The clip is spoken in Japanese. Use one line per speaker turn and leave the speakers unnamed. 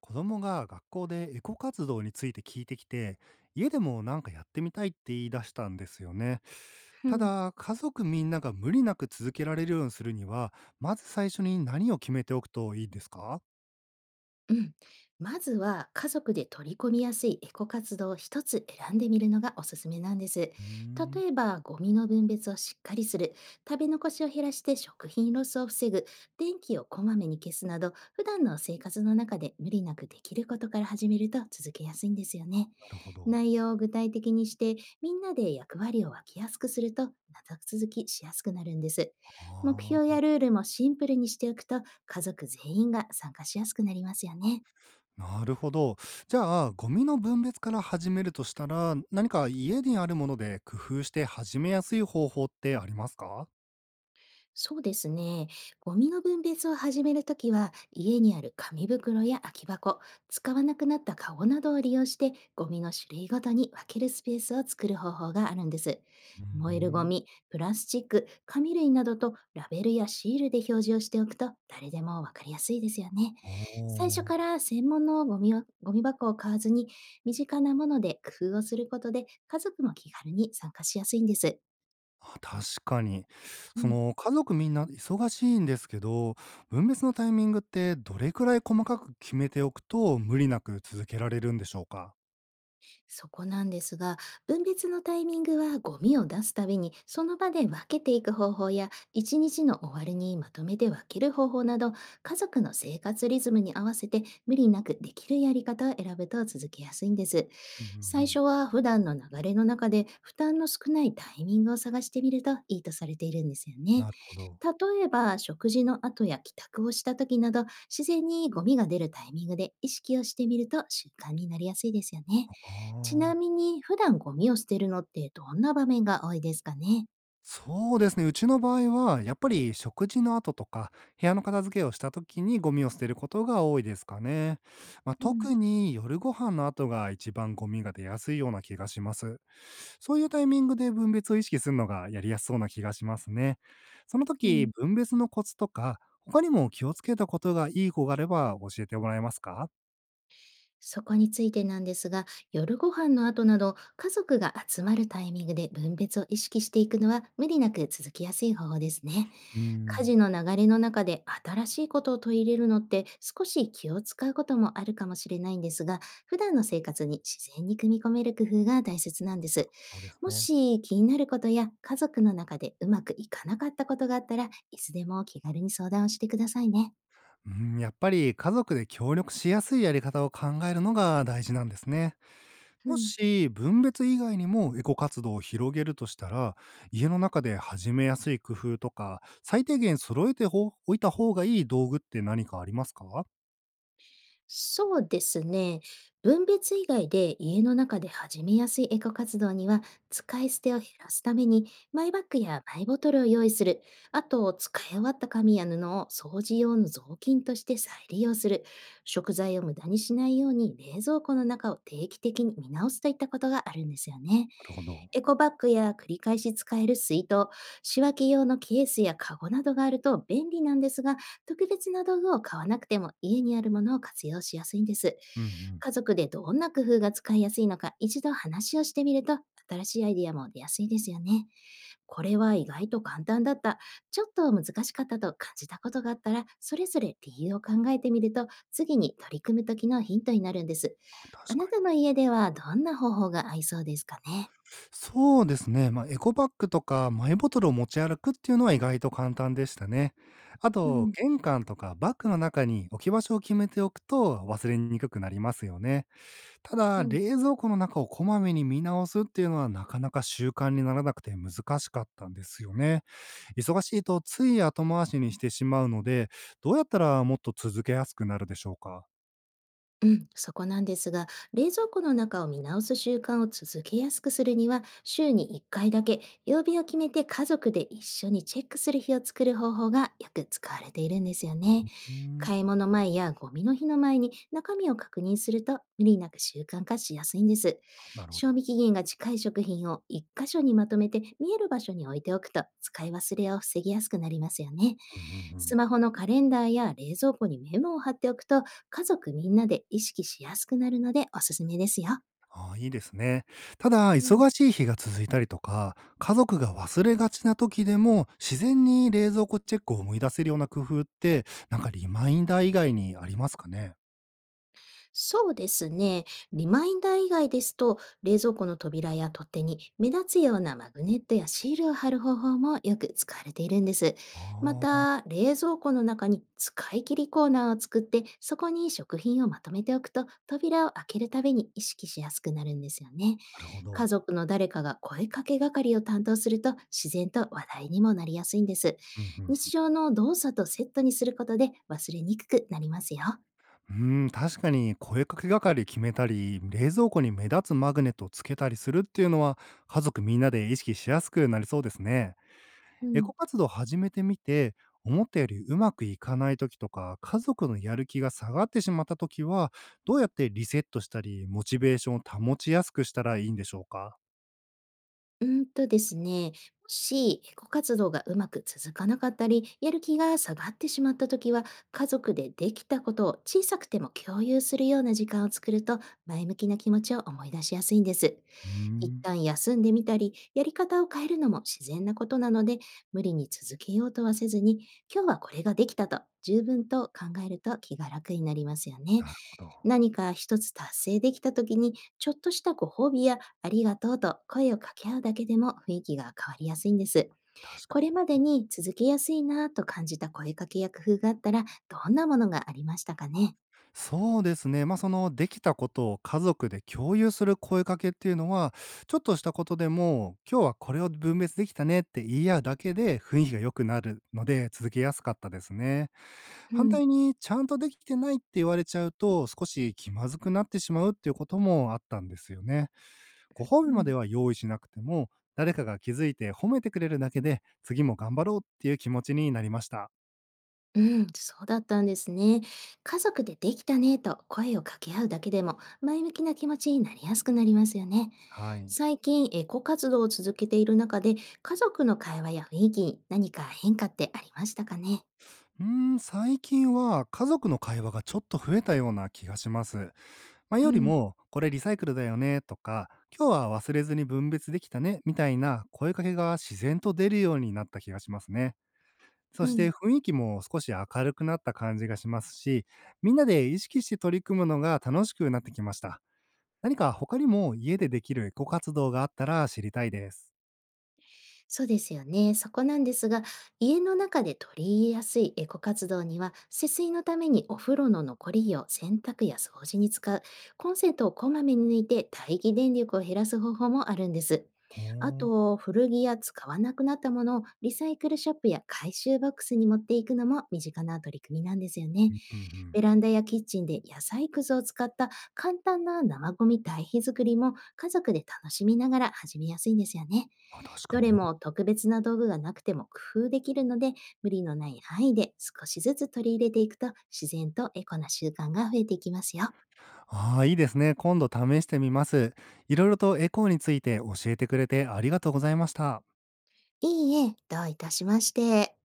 子供が学校でエコ活動について聞いてきて、家でもなんかやってみたいって言い出したんですよね。
う
た
ん。
だ、家族みんなが無理なく続けられるようにするには、まず最初に何を決めておくといいですか？
うん。まずは家族で取り込みやすいエコ活動を一つ選んでみるのがおすすめなんです。
うーん、な
例えば、ゴミの分別をしっかりする、食べ残しを減らして食品ロスを防ぐ、電気をこまめに消すなど、普段の生活の中で無理なくできることから始めると続けやすいんですよね。
るほど。
内容を具体的にして、みんなで役割を分けやすくすると、長続きしやすくなるんです。目
あ
標
あ、
やルールもシンプルにしておくと、家族全員が参加しやすくなりますよね。
なるほど。じゃあ、ゴミの分別から始めるとしたら、何か家にあるもので工夫して始めやすい方法ってありますか？
そうですね。ゴミの分別を始めるときは、家にある紙袋や空き箱、使わなくなったカゴなどを利用して、ゴミの種類ごとに分けるスペースを作る方法があるんです。
うー
燃えるゴ
ん
ミ、プラスチック、紙類などとラベルやシールで表示をしておくと、誰でも分かりやすいですよね。
お
最初
お
か
ー。
ら専門のゴミをゴミ箱を買わずに、身近なもので工夫をすることで、家族も気軽に参加しやすいんです。
あ、確かに。
う
そ
ん。
の、家族みんな忙しいんですけど、分別のタイミングってどれくらい細かく決めておくと無理なく続けられるんでしょうか？
そこなんですが、分別のタイミングはゴミを出すたびにその場で分けていく方法や、一日の終わりにまとめて分ける方法など、家族の生活リズムに合わせて無理なくできるやり方を選ぶと続けやすいんです。
うんうんう
最
ん。
初は普段の流れの中で負担の少ないタイミングを探してみるといいとされているんですよね。
なるほど。
例えば、食事の後や帰宅をした時など、自然にゴミが出るタイミングで意識をしてみると習慣になりやすいですよね。ち
ああ、
なみに、普段ゴミを捨てるのってどんな場面が多いですかね？
そうですね。うちの場合は、やっぱり食事の後とか、部屋の片付けをした時にゴミを捨てることが多いですかね。まあ、
うん、
特に夜ご飯の後が一番ゴミが出やすいような気がします。そういうタイミングで分別を意識するのがやりやすそうな気がしますね。その
う
時、
ん。
分別のコツとか、他にも気をつけたことがいい子があれば教えてもらえますか？
そこについてなんですが、夜ご飯の後など、家族が集まるタイミングで分別を意識していくのは無理なく続きやすい方法ですね。
うー
家
ん、
事の流れの中で新しいことを取り入れるのって少し気を使うこともあるかもしれないんですが、普段の生活に自然に組み込める工夫が大切なんです。
そうです
も
ね。
し気になることや家族の中でうまくいかなかったことがあったら、いつでも気軽に相談をしてくださいね。
うん、やっぱり家族で協力しやすいやり方を考えるのが大事なんですね。
う
も
ん。
し分別以外にもエコ活動を広げるとしたら、家の中で始めやすい工夫とか、最低限揃えてほおいた方がいい道具って何かありますか？な
そうですね。分別以外で家の中で始めやすいエコ活動には、使い捨てを減らすために、マイバッグやマイボトルを用意する。あと、使い終わった紙や布を掃除用の雑巾として再利用する。食材を無駄にしないように冷蔵庫の中を定期的に見直すといったことがあるんですよね。
るほ
エ
ど。
コバッグや繰り返し使える水筒、仕分け用のケースやカゴなどがあると便利なんですが、特別な道具を買わなくても家にあるものを活用しやすいんです。
うんうん、
家族でどんな工夫が使いやすいのか一度話をしてみると、新しいアイディアも出やすいですよね。これは意外と簡単だった、ちょっと難しかったと感じたことがあったら、それぞれ理由を考えてみると次に取り組む時のヒントになるんです。
あ、
あ
確
な
かに。
たの家ではどんな方法が合いそうですかね？
そうですね、まあ、エコバッグとかマイボトルを持ち歩くっていうのは意外と簡単でしたね。あ
う
と、
ん。
玄関とかバッグの中に置き場所を決めておくと忘れにくくなりますよね。た
う
だ、
ん
冷蔵庫の中をこまめに見直すっていうのはなかなか習慣にならなくて難しかったんですよね。忙しいとつい後回しにしてしまうので、どうやったらもっと続けやすくなるでしょうか？
うん、そこなんですが、冷蔵庫の中を見直す習慣を続けやすくするには、週に1回だけ曜日を決めて家族で一緒にチェックする日を作る方法がよく使われているんですよね。
うーん、
買い物前やゴミの日の前に中身を確認すると無理なく習慣化しやすいんです。
なるほ
賞
ど。
味期限が近い食品を1箇所にまとめて見える場所に置いておくと、使い忘れを防ぎやすくなりますよね。
うんうんう
スマ
ん。
ホのカレンダーや冷蔵庫にメモを貼っておくと、家族みんなで意識しやすくなるのでおすすめですよ。
ああ、いいですね。ただ、
うん。
忙しい日が続いたりとか、家族が忘れがちな時でも、自然に冷蔵庫チェックを思い出せるような工夫って、なんかリマインダー以外にありますかね？
そうですね。リマインダー以外ですと、冷蔵庫の扉や取っ手に目立つようなマグネットやシールを貼る方法もよく使われているんです。ま
ああ、
た、冷蔵庫の中に使い切りコーナーを作って、そこに食品をまとめておくと、扉を開けるたびに意識しやすくなるんですよね。
なるほ
家
ど。
族の誰かが声かけ係を担当すると、自然と話題にもなりやすいんです。
うんうん
日常の動作とセットにすることで忘れにくくなりますよ。
うーん、確かに声かけ係決めたり、冷蔵庫に目立つマグネットをつけたりするっていうのは、家族みんなで意識しやすくなりそうですね。
う
エ
ん。
コ活動を始めてみて、思ったよりうまくいかない時とか、家族のやる気が下がってしまった時は、どうやってリセットしたり、モチベーションを保ちやすくしたらいいんでしょうか？
うーんとですね、もし、エコ活動がうまく続かなかったり、やる気が下がってしまった時は、家族でできたことを小さくても共有するような時間を作ると、前向きな気持ちを思い出しやすいんです。
うー
一
ん、
旦休んでみたり、やり方を変えるのも自然なことなので、無理に続けようとはせずに、今日はこれができたと十分と考えると気が楽になりますよね。
なるほど。
何か一つ達成できた時に、ちょっとしたご褒美やありがとうと声を掛け合うだけでも雰囲気が変わりやすいんです。
確か
これ
に。
までに続けやすいなぁと感じた声かけや工夫があったら、どんなものがありましたかね？
そうですね。できたことを家族で共有する声かけっていうのは、ちょっとしたことでも、今日はこれを分別できたねって言い合うだけで雰囲気が良くなるので、続けやすかったですね。
う
反
ん。
対にちゃんとできてないって言われちゃうと、少し気まずくなってしまうっていうこともあったんですよね。ご褒
う
美ま
ん、
では用意しなくても、誰かが気づいて褒めてくれるだけで、次も頑張ろうっていう気持ちになりました。
うん、そうだったんですね。家族でできたねと声を掛け合うだけでも前向きな気持ちになりやすくなりますよね。
はい。
最近エコ活動を続けている中で、家族の会話や雰囲気に何か変化ってありましたかね？
うー最近は家族の会話がちょっと増えたような気がします。前
う
より
ん。
も、これリサイクルだよねとか、今日は忘れずに分別できたねみたいな声かけが自然と出るようになった気がしますね。そ
う
し
ん、
て雰囲気も少し明るくなった感じがしますし、みんなで意識して取り組むのが楽しくなってきました。何か他にも家でできるエコ活動があったら知りたいです。
そうですよね。そこなんですが、家の中で取り入れやすいエコ活動には、節水のためにお風呂の残り湯を洗濯や掃除に使う、コンセントをこまめに抜いて待機電力を減らす方法もあるんです。
ほ
あ
ー
と、古着や使わなくなったものをリサイクルショップや回収ボックスに持っていくのも身近な取り組みなんですよね。
うんう
ベ
ん。
ランダやキッチンで野菜くずを使った簡単な生ゴミ堆肥作りも家族で楽しみながら始めやすいんですよね。
あ、確か
どれ
に。
も特別な道具がなくても工夫できるので、無理のない範囲で少しずつ取り入れていくと、自然とエコな習慣が増えていきますよ。
ああ、いいですね。今度試してみます。いろいろとエコーについて教えてくれてありがとうございました。
いいえ、どういたしまして。